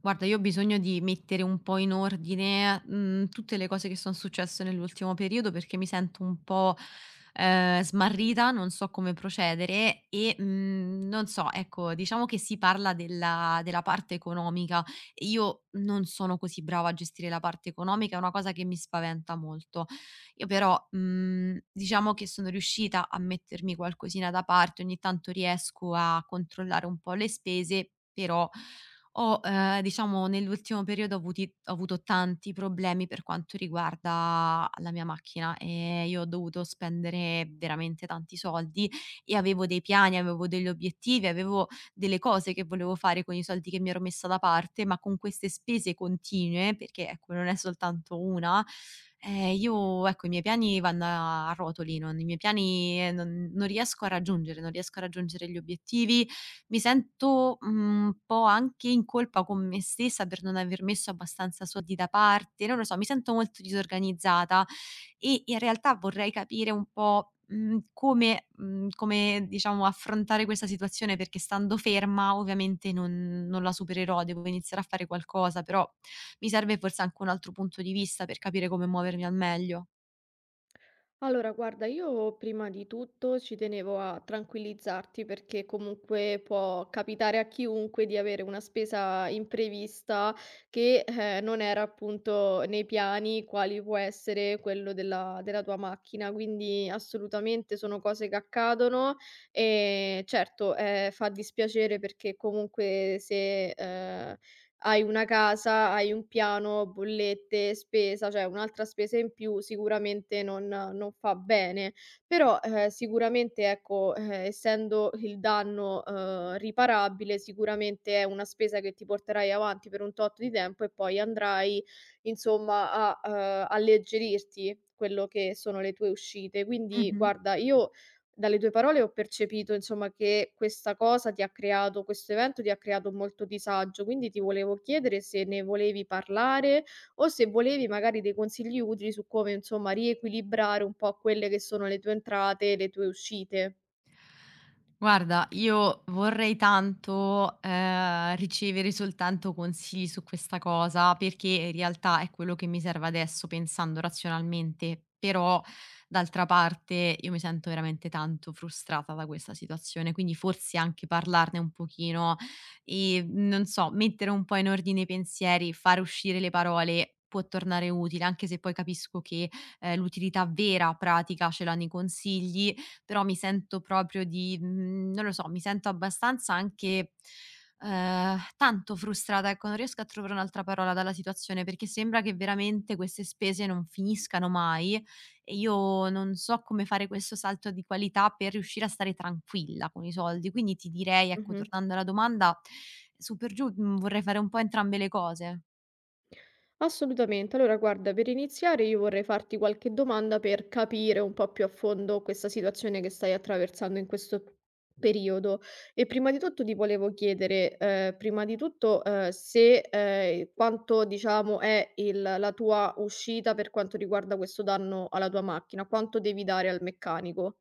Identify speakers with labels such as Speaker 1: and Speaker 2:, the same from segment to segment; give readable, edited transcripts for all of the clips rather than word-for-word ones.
Speaker 1: Guarda, io ho bisogno di mettere un po' in ordine, tutte le cose che son successe nell'ultimo periodo perché mi sento un po', smarrita, non so come procedere e, non so, ecco, diciamo che si parla della parte economica. Io non sono così brava a gestire la parte economica, è una cosa che mi spaventa molto. Io però, diciamo che sono riuscita a mettermi qualcosina da parte, ogni tanto riesco a controllare un po' le spese, però ho, diciamo nell'ultimo periodo ho avuto tanti problemi per quanto riguarda la mia macchina, io ho dovuto spendere veramente tanti soldi e avevo dei piani, avevo degli obiettivi, avevo delle cose che volevo fare con i soldi che mi ero messa da parte, ma con queste spese continue, perché ecco non è soltanto una, io ecco i miei piani vanno a rotoli, non i miei piani non riesco a raggiungere, non riesco a raggiungere gli obiettivi, mi sento, un po' anche in colpa con me stessa per non aver messo abbastanza soldi da parte, non lo so, mi sento molto disorganizzata e in realtà vorrei capire un po', come diciamo affrontare questa situazione perché stando ferma ovviamente non la supererò, devo iniziare a fare qualcosa, però mi serve forse anche un altro punto di vista per capire come muovermi al meglio.
Speaker 2: Allora, guarda, io prima di tutto ci tenevo a tranquillizzarti perché comunque può capitare a chiunque di avere una spesa imprevista che non era appunto nei piani, quali può essere quello della tua macchina. Quindi assolutamente sono cose che accadono e certo fa dispiacere perché comunque se hai una casa, hai un piano, bollette, spesa, cioè un'altra spesa in più sicuramente non fa bene. Però, sicuramente ecco, essendo il danno, riparabile, sicuramente è una spesa che ti porterai avanti per un tot di tempo e poi andrai insomma a, alleggerirti quello che sono le tue uscite. Quindi
Speaker 1: Mh-mh.
Speaker 2: guarda, io dalle tue parole ho percepito insomma che questa cosa ti ha creato questo evento ti ha creato molto disagio, quindi ti volevo chiedere se ne volevi parlare o se volevi magari dei consigli utili su come, insomma, riequilibrare un po' quelle che sono le tue entrate e le tue uscite.
Speaker 1: Guarda, io vorrei tanto, ricevere soltanto consigli su questa cosa, perché in realtà è quello che mi serve adesso pensando razionalmente, però d'altra parte io mi sento veramente tanto frustrata da questa situazione, quindi forse anche parlarne un pochino e, non so, mettere un po' in ordine i pensieri, fare uscire le parole può tornare utile, anche se poi capisco che, l'utilità vera, pratica ce l'hanno i consigli. Però mi sento proprio di non lo so, mi sento abbastanza anche, tanto frustrata, ecco, non riesco a trovare un'altra parola dalla situazione, perché sembra che veramente queste spese non finiscano mai e io non so come fare questo salto di qualità per riuscire a stare tranquilla con i soldi. Quindi ti direi, ecco,
Speaker 2: Mh-mh.
Speaker 1: tornando alla domanda, su per giù, vorrei fare un po' entrambe le cose.
Speaker 2: Assolutamente. Allora guarda, per iniziare io vorrei farti qualche domanda per capire un po' più a fondo questa situazione che stai attraversando in questo periodo. E prima di tutto ti volevo chiedere, prima di tutto, se, quanto diciamo è il la tua uscita per quanto riguarda questo danno alla tua macchina, quanto devi dare al meccanico?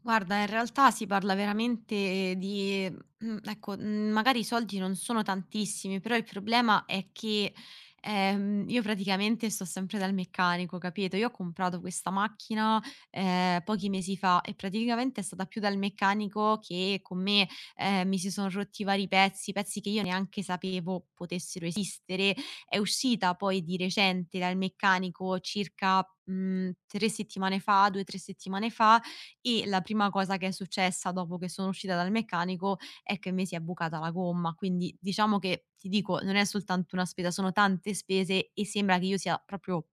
Speaker 1: Guarda, in realtà si parla veramente di ecco, magari i soldi non sono tantissimi, però il problema è che, io praticamente sto sempre dal meccanico, capito? Io ho comprato questa macchina, pochi mesi fa e praticamente è stata più dal meccanico che con me, mi si son rotti vari pezzi, pezzi che io neanche sapevo potessero esistere. È uscita poi di recente dal meccanico circa, 3 settimane fa, 2, 3 settimane fa e la prima cosa che è successa dopo che sono uscita dal meccanico è che mi si è bucata la gomma. Quindi diciamo che, ti dico, non è soltanto una spesa, sono tante spese e sembra che io sia proprio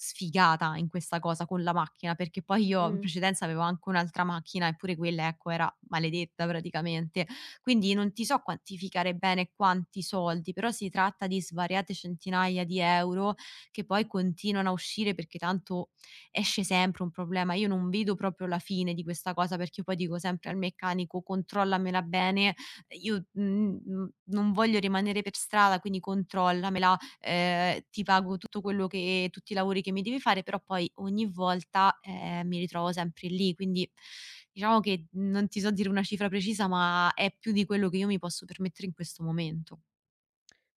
Speaker 1: sfigata in questa cosa con la macchina, perché poi io in
Speaker 2: Mh.
Speaker 1: precedenza avevo anche un'altra macchina, eppure quella, ecco, era maledetta praticamente. Quindi non ti so quantificare bene quanti soldi, però si tratta di svariate centinaia di euro che poi continuano a uscire perché tanto esce sempre un problema. Io non vedo proprio la fine di questa cosa perché poi dico sempre al meccanico: "Controllamela bene, io, n non voglio rimanere per strada, quindi controllamela, ti pago tutto quello che tutti i lavori che mi devi fare", però poi ogni volta, mi ritrovo sempre lì. Quindi diciamo che non ti so dire una cifra precisa, ma è più di quello che io mi posso permettere in questo momento.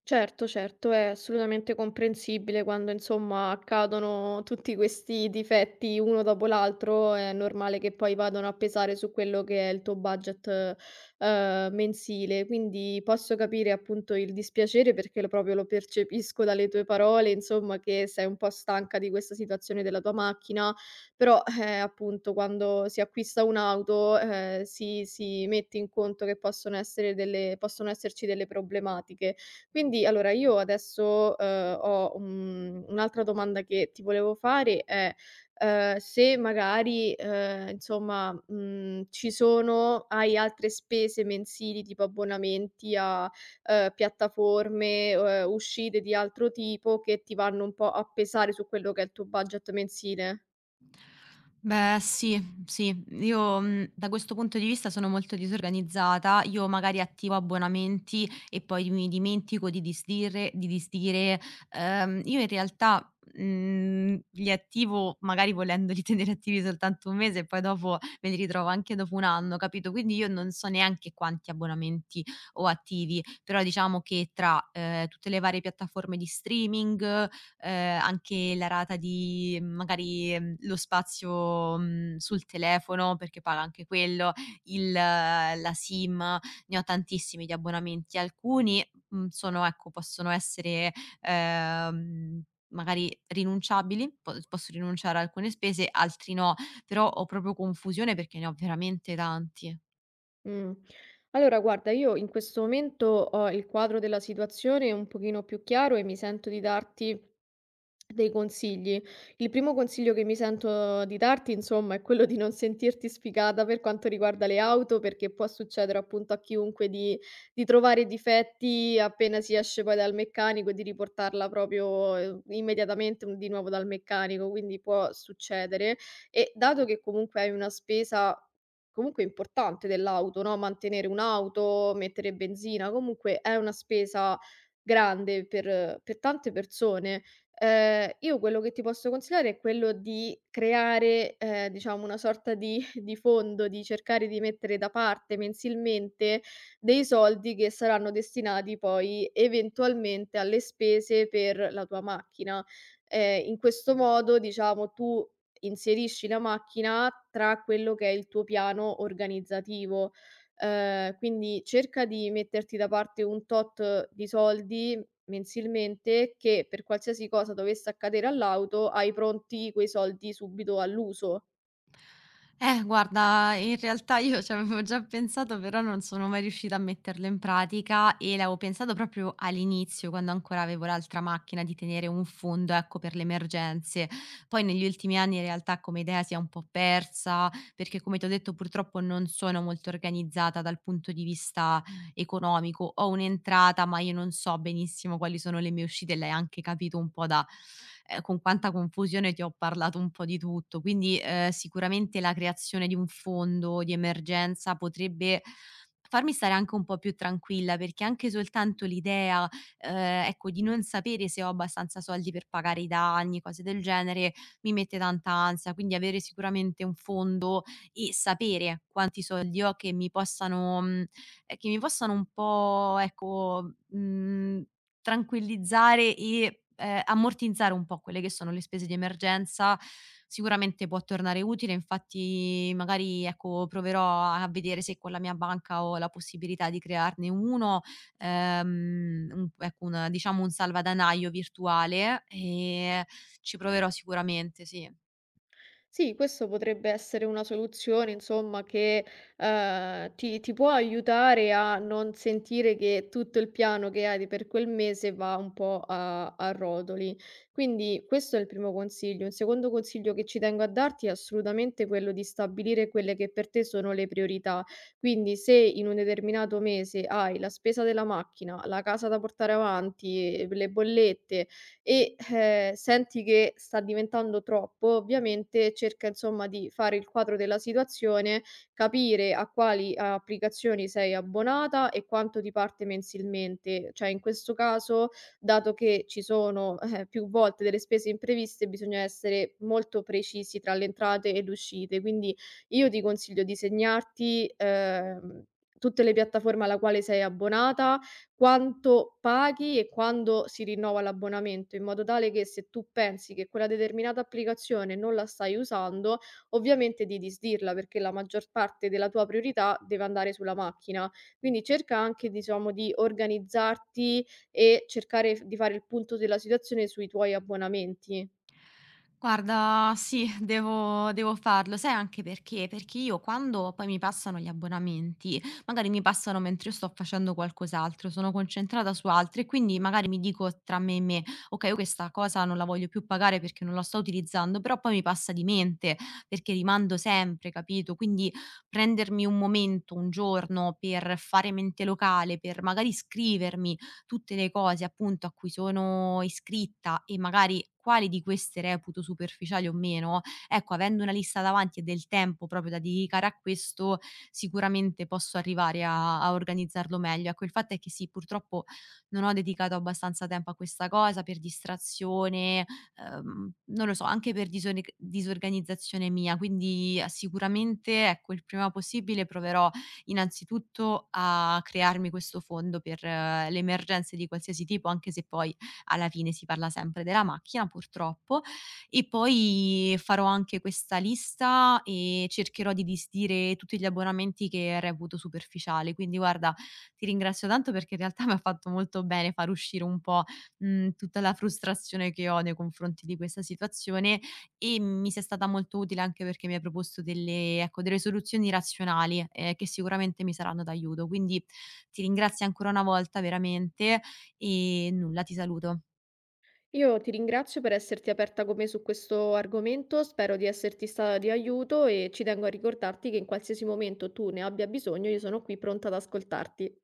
Speaker 2: Certo, certo, è assolutamente comprensibile quando insomma accadono tutti questi difetti uno dopo l'altro, è normale che poi vadano a pesare su quello che è il tuo budget, mensile. Quindi posso capire appunto il dispiacere perché lo proprio lo percepisco dalle tue parole, insomma, che sei un po' stanca di questa situazione della tua macchina, però, appunto quando si acquista un'auto, si mette in conto che possono essere delle possono esserci delle problematiche. Quindi allora io adesso, un'altra domanda che ti volevo fare è, se magari, ci sono hai altre spese mensili tipo abbonamenti a, piattaforme, uscite di altro tipo che ti vanno un po' a pesare su quello che è il tuo budget mensile?
Speaker 1: Beh, sì, sì. Io, da questo punto di vista sono molto disorganizzata. Io magari attivo abbonamenti e poi mi dimentico di disdire. Io in realtà, li attivo magari volendoli tenere attivi soltanto 1 mese e poi dopo me li ritrovo anche dopo 1 anno, capito? Quindi io non so neanche quanti abbonamenti ho attivi, però diciamo che tra, tutte le varie piattaforme di streaming, anche la rata di magari, lo spazio, sul telefono perché paga anche quello, il la SIM, ne ho tantissimi di abbonamenti. Alcuni, sono ecco, possono essere, ehm, magari rinunciabili, po posso rinunciare a alcune spese, altri no, però ho proprio confusione perché ne ho veramente tanti.
Speaker 2: Mh. Allora guarda, io in questo momento ho il quadro della situazione un pochino più chiaro e mi sento di darti dei consigli. Il primo consiglio che mi sento di darti, insomma, è quello di non sentirti sfigata per quanto riguarda le auto, perché può succedere appunto a chiunque di trovare difetti appena si esce poi dal meccanico e di riportarla proprio immediatamente di nuovo dal meccanico, quindi può succedere. E dato che comunque hai una spesa comunque importante dell'auto, no? Mantenere un'auto, mettere benzina, comunque è una spesa grande per tante persone. Io quello che ti posso consigliare è quello di creare, diciamo una sorta di di fondo, di cercare di mettere da parte mensilmente dei soldi che saranno destinati poi eventualmente alle spese per la tua macchina. In questo modo, diciamo, tu inserisci la macchina tra quello che è il tuo piano organizzativo. Quindi cerca di metterti da parte un tot di soldi mensilmente che per qualsiasi cosa dovesse accadere all'auto, hai pronti quei soldi subito all'uso.
Speaker 1: Guarda, in realtà io ci avevo già pensato, però non sono mai riuscita a metterlo in pratica e l'avevo pensato proprio all'inizio, quando ancora avevo l'altra macchina, di tenere un fondo, ecco, per le emergenze. Poi negli ultimi anni in realtà come idea si è un po' persa, perché come ti ho detto purtroppo non sono molto organizzata dal punto di vista economico, ho un'entrata, ma io non so benissimo quali sono le mie uscite, l'hai anche capito un po' da con quanta confusione ti ho parlato un po' di tutto. Quindi, sicuramente la creazione di un fondo di emergenza potrebbe farmi stare anche un po' più tranquilla, perché anche soltanto l'idea, ecco, di non sapere se ho abbastanza soldi per pagare i danni, cose del genere, mi mette tanta ansia. Quindi avere sicuramente un fondo e sapere quanti soldi ho che mi possano un po' ecco, tranquillizzare e, ammortizzare un po' quelle che sono le spese di emergenza, sicuramente può tornare utile. Infatti magari, ecco, proverò a vedere se con la mia banca ho la possibilità di crearne uno, ehm, un ecco, un diciamo un salvadanaio virtuale e ci proverò sicuramente, sì.
Speaker 2: Sì, questo potrebbe essere una soluzione, insomma, ti può aiutare a non sentire che tutto il piano che hai per quel mese va un po' a rotoli. Quindi questo è il primo consiglio. Un secondo consiglio che ci tengo a darti è assolutamente quello di stabilire quelle che per te sono le priorità. Quindi se in un determinato mese hai la spesa della macchina, la casa da portare avanti, le bollette, e, senti che sta diventando troppo, ovviamente cerca insomma di fare il quadro della situazione, capire a quali applicazioni sei abbonata e quanto ti parte mensilmente. Cioè in questo caso, dato che ci sono, più volte delle spese impreviste, bisogna essere molto precisi tra le entrate e le uscite. Quindi io ti consiglio di segnarti, tutte le piattaforme alla quale sei abbonata, quanto paghi e quando si rinnova l'abbonamento, in modo tale che se tu pensi che quella determinata applicazione non la stai usando, ovviamente di disdirla, perché la maggior parte della tua priorità deve andare sulla macchina. Quindi cerca anche, diciamo, di organizzarti e cercare di fare il punto della situazione sui tuoi abbonamenti.
Speaker 1: Guarda, sì, devo farlo. Sai anche perché? Perché io quando poi mi passano gli abbonamenti, magari mi passano mentre io sto facendo qualcos'altro, sono concentrata su altro e quindi magari mi dico tra me e me: "Okay, io questa cosa non la voglio più pagare perché non la sto utilizzando", però poi mi passa di mente, perché rimando sempre, capito? Quindi prendermi un momento, un giorno per fare mente locale, per magari scrivermi tutte le cose appunto a cui sono iscritta e magari quali di queste reputo superficiali o meno, ecco avendo una lista davanti e del tempo proprio da dedicare a questo, sicuramente posso arrivare a organizzarlo meglio. Ecco, il fatto è che sì, purtroppo non ho dedicato abbastanza tempo a questa cosa per distrazione, non lo so, anche per disone disorganizzazione mia, quindi, sicuramente ecco, il prima possibile proverò innanzitutto a crearmi questo fondo per le emergenze di qualsiasi tipo, anche se poi alla fine si parla sempre della macchina purtroppo. E poi farò anche questa lista e cercherò di disdire tutti gli abbonamenti che reputo superficiali. Quindi guarda, ti ringrazio tanto perché in realtà mi ha fatto molto bene far uscire un po', tutta la frustrazione che ho nei confronti di questa situazione e mi sia stata molto utile anche perché mi hai proposto delle ecco, delle soluzioni razionali, che sicuramente mi saranno d'aiuto. Quindi ti ringrazio ancora una volta veramente e nulla, ti saluto.
Speaker 2: Io ti ringrazio per esserti aperta con me su questo argomento, spero di esserti stata di aiuto e ci tengo a ricordarti che in qualsiasi momento tu ne abbia bisogno, io sono qui pronta ad ascoltarti.